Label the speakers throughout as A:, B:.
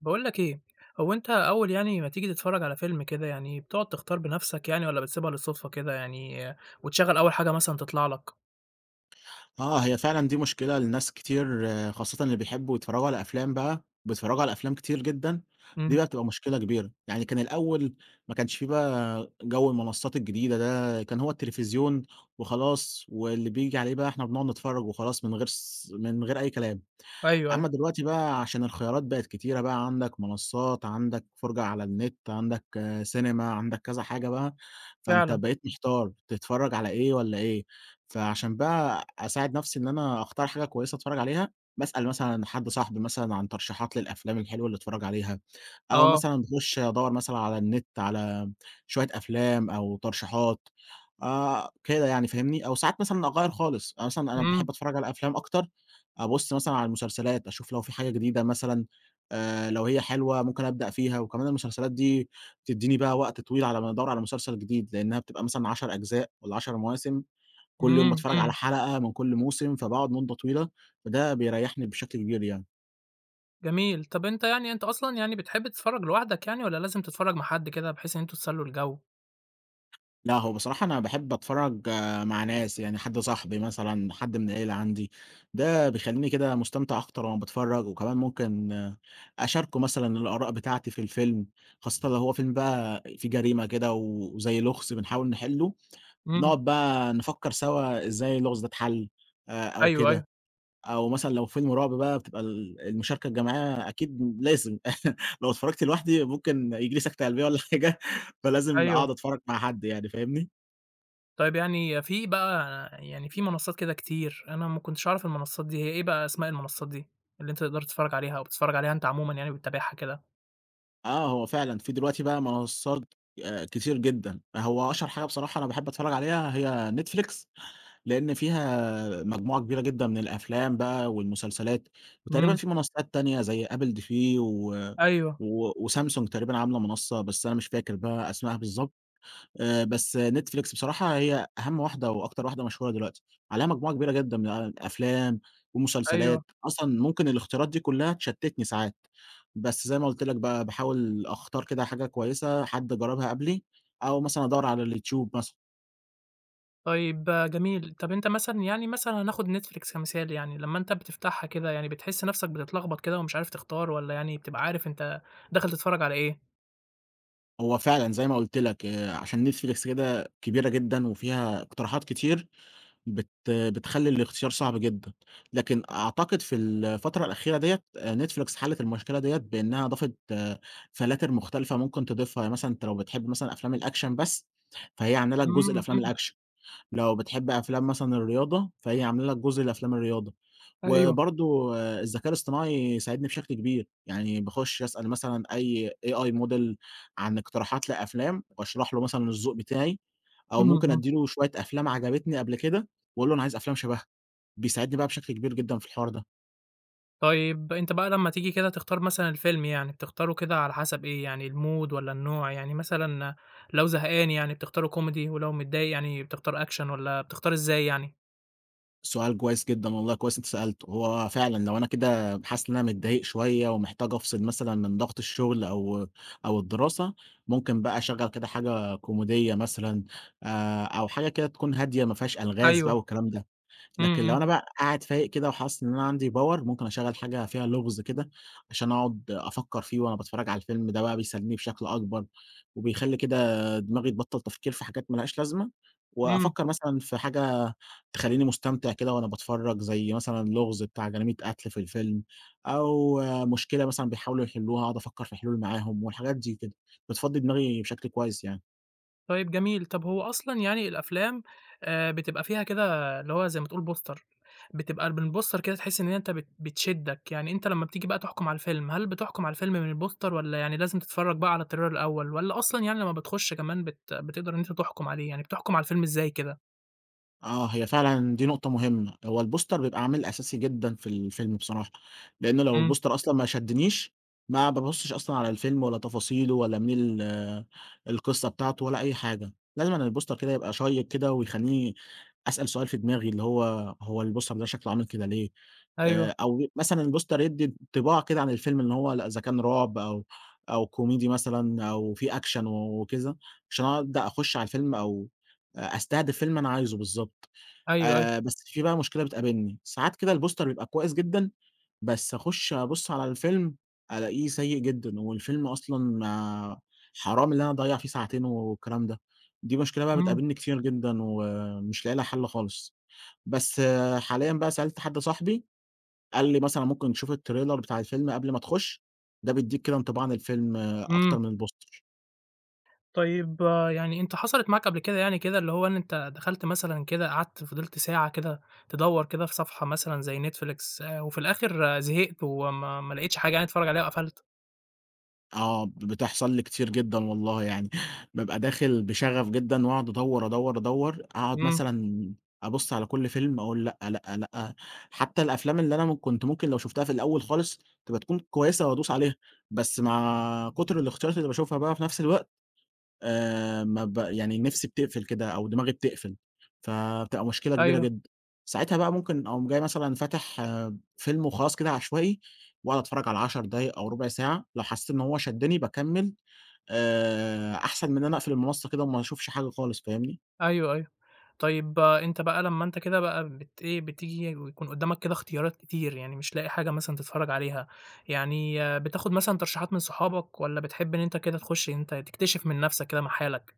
A: باقول لك إيه، هو أنت أول يعني ما تيجي تتفرّج على فيلم كده يعني بتقعد تختار بنفْسك يعني والّا بتسيبها للصُدفة كده يعني آه، وتشغّل أول حاجة مثلًا تطلع لك؟
B: آه، هي فعلًا دي مشكلة لناس كتير آه، خاصةً اللي بيحبوا يتفرّجوا على أفلام بقى، بيتفرّجوا على أفلام كتير جدًا، دي
A: إمم.
B: بقى بتبقى مشكلة كبيرة، يعني كان الأول ما كانش في بقى جَو المنصات الجديدة ده، كان هو التلفزيون وخلاص واللي بييجي عليه بقى إحنا بنقعد نتفرّج وخلاص من غير من غير أي كلام.
A: أيوه، أيوه.
B: أمّا دلوقتي بقى عشان الخيارات بقت كتيرة بقى، عندك منصّات، عندك فرجة على النت، عندك سينما، عندك كذا حاجة بقى، فأنت
A: فعلًا.
B: بقيت محتار تتفرّج على إيه والّا إيه، فعشان بقى أساعد نَفْسي إن أنا أختار حاجة كويسة أتفرّج عليها، باسأل مثلًا حد صاحبي مثلًا عن ترشيحات للأفلام الحلوة اللي أتفرّج عليها. أو
A: آه.
B: مثلًا باخُش أدوّر مثلًا على النت على شوية أفلام أو ترشيحات كده يعني فاهمني؟ أو ساعات مثلًا أغيّر خالص، أنا مثلًا أنا
A: إمم،
B: باحب أتفرّج على أفلام أكتر، أبُص مثلًا على المسلسلات، أشوف لو في حاجة جديدة مثلًا لو هي حلوة ممكن أبدأ فيها، وكمان المسلسلات دي بتدّيني بقى وقت طويل على ما أدوّر على مسلسل جديد، لإنّها بتبقى مثلًا 10 أجزاء والّا 10 مواسم، كل يوم
A: إمم،
B: باتفرّج على
A: إمم.
B: حلقة من كل موسم، فباقعد مدة طويلة، فده بيريّحني بشكل كبير يعني.
A: جميل. طَب أنت يعني أنت أصلًا يعني بتحب تتفرّج لوحدك يعني والّا لازم تتفرّج مع حد كده بحيث إن أنتم تسلّوا الجو؟
B: لأ، هو بصراحة أنا باحب أتفرّج آه، مع ناس، يعني حد صاحبي مثلًا، حد من العيلة عندي، ده بيخلّيني كده مستمتع أكتر وأنا باتفرّج، وكمان ممكن آه، أشاركه مثلًا الآراء بتاعتي في الفيلم، خاصةً لو هو فيلم بقى فيه جريمة كده وزي لغز بنحاول نحلّه،
A: إمم.
B: بنقعد بقى نفكّر سوا إزاي اللغز ده اتحل أو
A: أيوه، أيوه.
B: كده، أو مثلًا لو فيلم رعب بقى بتبقى المشاركة الجماعية أكيد لازم لو اتفرّجت لوحدي ممكن ييجي لي سكتة قلبية والّا حاجة، فلازم
A: أيوه.
B: أقعد أتفرّج مع حد يعني، فاهمني؟
A: طيب يعني في بقى يعني في منصّات كده كتير، أنا ما كنتش أعرف المنصّات دي، هي إيه بقى أسماء المنصّات دي اللي أنت تقدر تتفرّج عليها أو بتتفرّج عليها أنت عمومًا يعني وبتتابعها كده؟
B: آه، هو فعلًا في دلوقتي بقى منصات كتير جدًا، هو أشهر حاجة بصراحة أنا باحب أتفرّج عليها هي Netflix، لإن فيها مجموعة كبيرة جدًا من الأفلام بقى والمسلسلات، وتقريبًا
A: إمم.
B: في منصات تانية زي Apple TV و
A: أيوه،
B: و وSamsung تقريبًا عاملة منصة بس أنا مش فاكر بقى أسمائها بالضبط. بس Netflix بصراحة هي أهم واحدة وأكتر واحدة مشهورة دلوقتي، عليها مجموعة كبيرة جدًا من أفلام
A: أيوه.
B: ومسلسلات، أصلًا ممكن الاختيارات دي كلها تشتتني ساعات، بس زي ما قُلت لك باحاول أختار كده حاجة كويسة حد جربها قبلي، أو مثلًا أدوّر على اليوتيوب مثلًا،
A: طيب جميل. طب أنت مثلًا يعني مثلًا هناخد Netflix كمثال يعني، لمّا أنت بتفتحها كده يعني بتحس نَفْسك بتتلخبط كده ومش عارف تختار والّا يعني بتبقى عارف أنت داخل تتفرّج على إيه؟
B: هو فعلًا زي ما قُلت لك عشان Netflix كده كبيرة جدًا وفيها اقتراحات كتير بتخلّي الاختيار صعب جدًا، لكن أعتقد في الفترة الأخيرة ديّة Netflix حلّت المشكلة ديّة بإنها ضافت آه، فلاتر مختلفة ممكن تضيفها، يعني مثلًا أنت لو بتحب مثلًا أفلام الأكشن بس، فهي عاملة لك جزء
A: إمم،
B: لأفلام
A: إمم.
B: الأكشن، لو بتحب أفلام مثلًا الرياضة، فهي عاملة لك جزء لأفلام الرياضة،
A: أيوه.
B: وبرضه الذكاء الاصطناعي ساعدني بشكل كبير، يعني باخش أسأل مثلًا أي AI model عن اقتراحات لأفلام وأشرح له مثلًا الذوق بتاعي أو
A: إمم،
B: ممكن
A: إمم.
B: أدّي له شوية أفلام عجبتني قبل كده، وأقول له أنا عايز أفلام شبهها، بيساعدني بقى بشكل كبير جدًا في الحوار ده.
A: طيب أنت بقى لمّا تيجي كده تختار مثلًا الفيلم يعني، بتختاره كده على حسب إيه، يعني الmood والّا النوع؟ يعني مثلًا لو زهقان يعني بتختاره كوميدي، ولو متضايق يعني بتختار أكشن والّا بتختار إزاي يعني؟
B: سؤال كويس جدًا والله كويس أنت سألته، هو فعلًا لو أنا كده حاسس إن أنا متضايق شوية ومحتاج أفصل مثلًا من ضغط الشغل أو الدراسة، ممكن بقى أشغّل كده حاجة كوميدية مثلًا أو حاجة كده تكون هادية ما فيهاش ألغاز بقى
A: أيوه.
B: والكلام ده.
A: إمم،
B: لكن لو
A: إمم.
B: أنا بقى قاعد فايق كده وحاسس إن أنا عندي باور، ممكن أشغّل حاجة فيها لغز كده، عشان أقعد أفكّر فيه وأنا باتفرّج على الفيلم، ده بقى بيسليني بشكل أكبر، وبيخلّي كده دماغي تبطّل تفكير في حاجات ما لهاش لازمة،
A: إمم.
B: وأفكّر مثلًا في حاجة تخلّيني مستمتع كده وأنا باتفرّج، زي مثلًا لغز بتاع جريمة قتل في الفيلم، أو مشكلة مثلًا بيحاولوا يحلّوها، أقعد أفكّر في حلول معاهم والحاجات دي كده، بتفضّي دماغي بشكل كويس يعني.
A: طيب جميل، طب هو أصلًا يعني الأفلام بتبقى فيها كده اللي هو زي ما تقول بوستر، بتبقى من البوستر كده تحس إن أنت بتشدّك، يعني أنت لمّا بتيجي بقى تحكُم على الفيلم، هل بتحكُم على الفيلم من البوستر والّا يعني لازم تتفرّج بقى على التريلر الأول والّا أصلًا يعني لمّا بتخُش كمان بتقدر إن أنت تحكُم عليه، يعني بتحكُم على الفيلم إزاي كده؟
B: آه، هي فعلًا دي نقطة مهمة، هو البوستر بيبقى عامل أساسي جدًا في الفيلم بصراحة، لإن لو
A: إمم،
B: البوستر أصلًا ما شدنيش، ما بابُصّش أصلًا على الفيلم ولا تفاصيله ولا مين القصة بتاعته ولا أي حاجة، لازمًا البوستر كده يبقى شيّق كده ويخلّيني أسأل سؤال في دماغي اللي هو هو البوستر ده شكله عامل كده ليه؟
A: أيوه،
B: أو مثلًا البوستر يدّي انطباع كده عن الفيلم إن هو لأ إذا كان رعب أو كوميدي مثلًا أو في أكشن وكده، عشان أبدأ أخُش على الفيلم أو أستهدف فيلم أنا عايزه بالضبط.
A: أيوه، أيوه،
B: بس في بقى مشكلة بتقابلني، ساعات كده البوستر بيبقى كويس جدًا، بس أخُش أبُص على الفيلم ألاقيه سيء جدًا، والفيلم أصلًا ما حرام إن أنا أضيّع فيه ساعتين والكلام ده، دي مشكلة بقى
A: إمم،
B: بتقابلني كتير جدًا ومش لاقي لها حل خالص. بس حاليًا بقى سألت حد صاحبي، قال لي مثلًا ممكن تشوف التريلر بتاع الفيلم قبل ما تخُش، ده بيدّيك كده انطباع عن الفيلم
A: إمم.
B: أكتر من البوستر.
A: طيب آه، يعني أنت حصلت معاك قبل كده يعني كده اللي هو إن أنت دخلت مثلًا كده قعدت فضلت ساعة كده تدوّر كده في صفحة مثلًا زي Netflix وفي الآخر آه، زهقت وما ما لقيتش حاجة يعني تتفرج عليها وقفلت؟
B: آه، بتحصل لي كتير جدًا والله يعني، بابقى داخل بشغف جدًا وأقعد أدوّر، أقعد
A: إمم،
B: مثلًا أبُص على كل فيلم أقول لأ، لأ، لأ، حتى الأفلام اللي أنا كنت ممكن لو شُفتها في الأول خالص تبقى تكون كويسة وأدوس عليها، بس مع كتر الاختيارات اللي باشوفها بقى في نفس الوقت ما ب يعني نِفسي بتقفل كده أو دماغي بتقفل، فبتبقى مشكلة كبيرة
A: أيوه،
B: جدًا. ساعتها بقى ممكن أقوم جاي مثلًا فاتح فيلم وخلاص كده عشوائي، واقعد أتفرّج على 10 دقايق أو ربع ساعة، لو حسّيت إن هو شدّني باكمّل، أحسن من إن أنا أقفل المنصة كده وما أشوفش حاجة خالص فاهمني؟
A: أيوه، أيوه. طيب آه، أنت بقى لمّا أنت كده بقى بت إيه، بتيجي ويكون قدّامك كده اختيارات كتير، يعني مش لاقي حاجة مثلًا تتفرج عليها، يعني آه، بتاخد مثلًا ترشيحات من صحابك والّا بتحب إن أنت كده تخش أنت تكتشف من نفسك كده مع حالك؟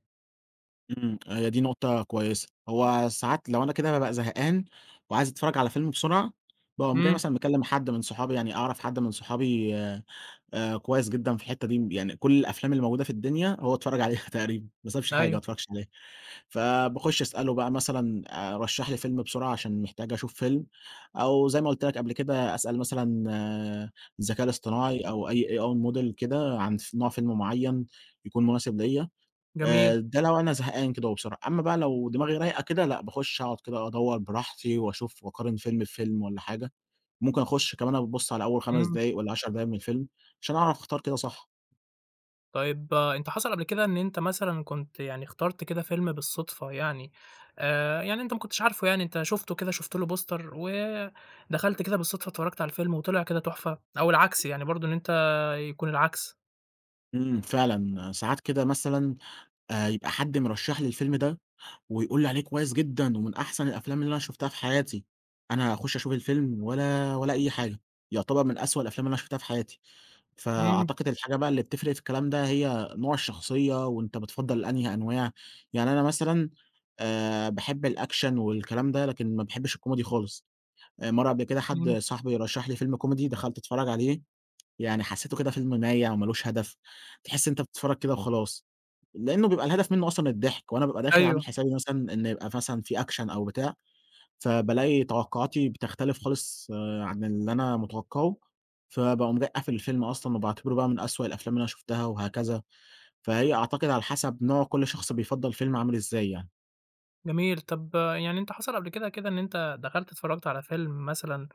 B: إمم. هي دي نقطة كويسة. هو ساعات لو أنا كده بابقى زهقان وعايز أتفرّج على فيلم بسرعة، باقوم جاي
A: إمم،
B: مثلًا مكلّم حد من صحابي يعني أعرف حد من صحابي آه، كويس جدًا في الحتّة دي، يعني كل الأفلام اللي موجودة في الدنيا هو اتفرّج عليها تقريبًا، ما سابش حاجة ما
A: أيوه،
B: اتفرّجش عليها، فباخُش أسأله بقى مثلًا رشّح لي فيلم بسرعة عشان محتاج أشوف فيلم، أو زي ما قُلت لك قبل كده أسأل مثلًا آه، الذكاء الاصطناعي أو أي AI model كده عن نوع فيلم معيّن يكون مناسب ليّا،
A: جميل،
B: ده لو أنا زهقان كده وبسرعة، أمّا بقى لو دماغي رايقة كده لأ، باخُش أقعد كده أدوّر براحتي وأشوف وأقارن فيلم بفيلم والّا حاجة. ممكن أخش كمان أبُص على أول 5
A: إمم.
B: دقايق والّا 10 دقايق من الفيلم، عشان أعرف أختار كده صح.
A: طيب آه، أنت حصل قبل كده إن أنت مثلًا كنت يعني اخترت كده فيلم بالصدفة يعني يعني أنت ما كنتش عارفه يعني أنت شُفته كده، شُفت له بوستر ودخلت كده بالصدفة اتفرّجت على الفيلم وطلع كده تحفة، أو العكس يعني برضه إن أنت يكون العكس؟
B: إمم، فعلًا ساعات كده مثلًا يبقى حد مرشّح لي الفيلم ده ويقول لي عليه كويس جدًا ومن أحسن الأفلام اللي أنا شُفتها في حياتي، أنا أخش أشوف الفيلم ولا أي حاجة، يعتبر من أسوأ الأفلام اللي أنا شُفتها في حياتي.
A: إمم،
B: فأعتقد الحاجة بقى اللي بتفرق في الكلام ده هي نوع الشخصية وأنت بتفضّل أنهي أنواع، يعني أنا مثلًا باحب الأكشن والكلام ده لكن ما باحبش الكوميدي خالص. مرّة قبل كده حد
A: إمم،
B: صاحبي رشّح لي فيلم كوميدي، دخلت أتفرّج عليه، يعني حسّيته كده فيلم مايع وما لوش هدف، تحس أنت بتتفرّج كده وخلاص، لإنه بيبقى الهدف منّه أصلًا الضحك، وأنا بابقى داخل
A: أيوه.
B: عامل حسابي مثلًا إن يبقى مثلًا في أكشن أو بتاع، فبالاقي توقعاتي بتختلف خالص آه، عن اللي أنا متوقّعه، فباقوم جاي قافل الفيلم أصلًا وباعتبره بقى من أسوأ الأفلام اللي أنا شُفتها وهكذا، فهي أعتقد على حسب نوع كل شخص بيفضّل فيلم عامل إزاي يعني.
A: جميل، طب يعني أنت حصل قبل كده كده إن أنت دخلت اتفرّجت على فيلم مثلًا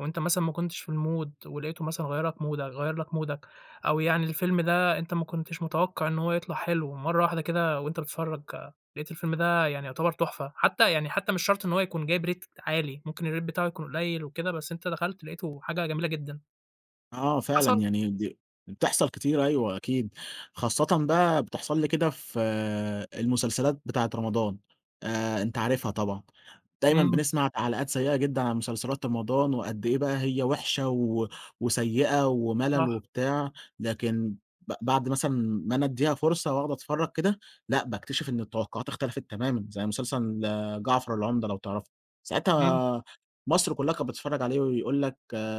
A: وأنت مثلًا ما كنتش في الmood ولقيته مثلًا غيّر لك مودك، أو يعني الفيلم ده أنت ما كنتش متوقع إن هو يطلع حلو، ومرّة واحدة كده وأنت بتتفرّج آه، لقيت الفيلم ده يعني يعتبر تحفة، حتى يعني حتى مش شرط إن هو يكون جايب rate عالي، ممكن الrate بتاعه يكون قليل وكده، بس أنت دخلت لقيته حاجة جميلة جدًا،
B: آه فعلًا،
A: حصل؟
B: يعني دي بتحصل كتير أيوه أكيد، خاصةً بقى بتحصل لي كده في آه، المسلسلات بتاعة رمضان، أنت عارفها طبعًا، دايمًا
A: إمم،
B: بنسمع تعليقات سيئة جدًا عن مسلسلات رمضان وقد إيه بقى هي وحشة وسيئة وملل
A: صح،
B: وبتاع، لكن بعد مثلًا ما أنا أدّيها فرصة وأقعد أتفرّج كده، لأ باكتشف إن التوقعات اختلفت تمامًا، زي مسلسل آه، جعفر العمدة لو تعرفه،
A: إمم،
B: ساعتها مصر كلها كانت بتتفرّج عليه ويقول لك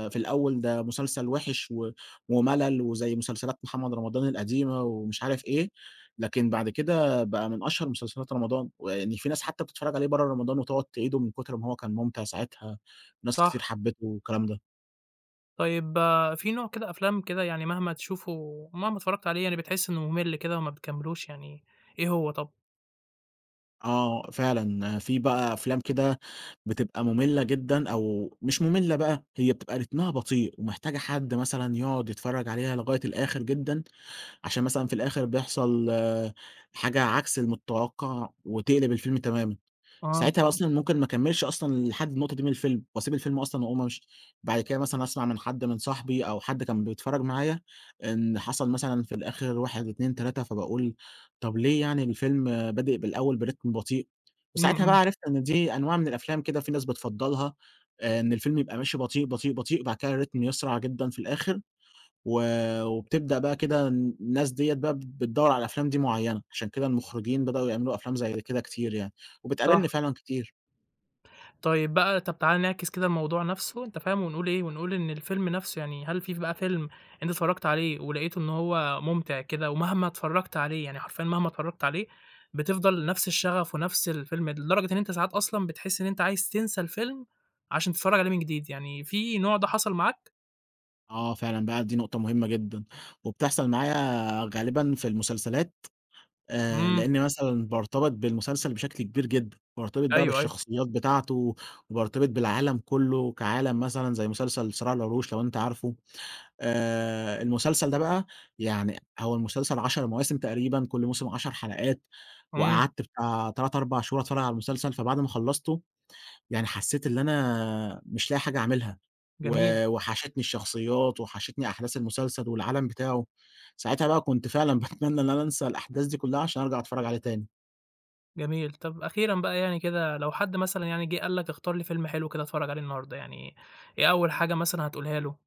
B: في الأول ده مسلسل وِحِش ومَلَل وزي مسلسلات محمد رمضان القديمة ومش عارف إيه، لكن بعد كده بقى من أشهر مسلسلات رمضان، ويعني في ناس حتى بتتفرّج عليه برّه رمضان وتقعد تعيده من كتر ما هو كان ممتع ساعتها، ناس كتير
A: صح.
B: حبّته والكلام ده.
A: طيب آه، في نوع كده أفلام كده يعني مهما تشوفه مهما اتفرّجت عليه يعني بتحس إنه مُمِل كده وما بتكمّلوش يعني إيه هو طَب؟
B: آه، فعلًا في بقى أفلام كده بتبقى مُمِلّة جدًا أو مش مُمِلّة بقى، هي بتبقى رتمها بطيء ومحتاجة حد مثلًا يقعد يتفرّج عليها لغاية الآخر جدًا عشان مثلًا في الآخر بيحصل آه، حاجة عكس المتوقع وتقلب الفيلم تمامًا،
A: آه.
B: ساعتها آه. أصلًا ممكن ما أكمّلش أصلًا لحد النقطة دي من الفيلم، وأسيب الفيلم أصلًا وأقوم أمشي، بعد كده مثلًا أسمع من حد من صاحبي أو حد كان بيتفرّج معايا إن حصل مثلًا في الآخر 1، 2، 3 فباقول طَب ليه يعني الفيلم آه، بادئ بالأول برتم بطيء،
A: إمم،
B: وساعتها
A: إمم.
B: بقى عرفت إن دي أنواع من الأفلام كده في ناس بتفضّلها إن الفيلم يبقى ماشي بطيء، بطيء، بطيء، وبعد كده الريتم يسرع جدًا في الآخر. و وبتبدأ بقى كده الناس ديّة بقى بتدوّر على الأفلام دي معيّنة، عشان كده المخرجين بدأوا يعملوا أفلام زي كده كتير يعني،
A: صح.
B: وبتقابلني فعلًا كتير.
A: طيب بقى طَب تعالَ نعكس كده الموضوع نَفْسه أنت فاهم، ونقول إيه، ونقول إن الفيلم نَفْسه يعني هل في بقى فيلم أنت اتفرّجت عليه ولقيته إن هو مُمتع كده ومهما اتفرّجت عليه، يعني حرفيًا مهما اتفرّجت عليه بتفضل نَفْس الشغف ونَفْس الفيلم لدرجة إن أنت ساعات أصلًا بتحس إن أنت عايز تنسى الفيلم عشان تتفرّج عليه من جديد، يعني في نوع ده حصل معاك؟
B: آه فعلًا بقى دي نقطة مهمة جدًا، وبتحصل معايا غالبًا في المسلسلات،
A: إمم.
B: لإني مثلًا بارتبط بالمسلسل بشكل كبير جدًا، بارتبط بقى
A: أيوه، أيوه.
B: بالشخصيات بتاعته، وبارتبط بالعالم كلّه كعالم مثلًا زي مسلسل صراع العروش لو أنت عارفه. المسلسل ده بقى يعني هو المسلسل 10 مواسم تقريبًا، كل موسم 10 حلقات،
A: إمم.
B: وقعدت بتاع 3، 4 شهور أتفرّج على المسلسل، فبعد ما خلّصته يعني حسّيت إن أنا مش لاقي حاجة أعملها، و
A: جميل،
B: وحشتني الشخصيات، وحشتني أحداث المسلسل والعالم بتاعه، ساعتها بقى كنت فعلًا باتمنى إن أنا أنسى الأحداث دي كلّها عشان أرجع أتفرّج عليه تاني.
A: جميل. طب أخيرًا بقى يعني كده لو حد مثلًا يعني جِه قال لك اختار لي فيلم حلو كده أتفرّج عليه النهارده، يعني إيه أول حاجة مثلًا هتقولها له؟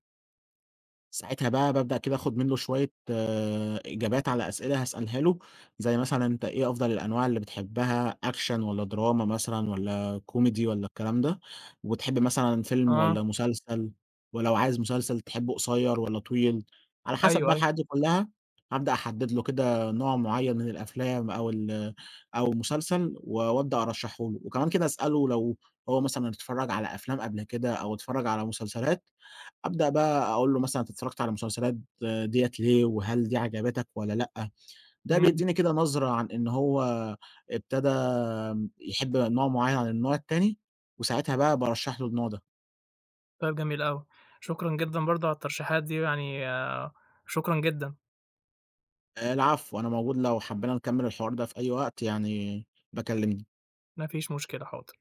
B: ساعتها بقى بابدأ كده آخُد منّه شوية آه، إجابات على أسئلة هاسألها له، زي مثلًا أنت إيه أفضل الأنواع اللي بتحبها أكشن والّا دراما مثلًا والّا كوميدي والّا الكلام ده، وبتحب مثلًا فيلم
A: آه،
B: والّا مسلسل، ولو عايز مسلسل تحبه قصيّر والّا طويل، على حسب
A: أيوه،
B: بقى
A: أيوه.
B: الحاجات دي كلّها هابدأ أحدّد له كده نوع معيّن من الأفلام أو أو مسلسل و وأبدأ أرشّحه له، وكمان كده أسأله لو هو مثلًا اتفرّج على أفلام قبل كده أو اتفرّج على مسلسلات أبدأ بقى أقول له مثلًا أنت اتفرّجت على المسلسلات ديّة ليه، وهل دي عجبتك والّا لأ؟ ده
A: إمم،
B: بيدّيني كده نظرة عن إن هو ابتدى يحب نوع معيّن عن النوع التاني، وساعتها بقى بارشّح له النوع ده.
A: طيب جميل أوي. شكرًا جدًا برضه على الترشيحات دي يعني آه، شكرًا جدًا،
B: العفو، أنا موجود لو حبينا نكمّل الحوار ده في أي وقت يعني باكلمني.
A: ما فيش مشكلة، حاضر.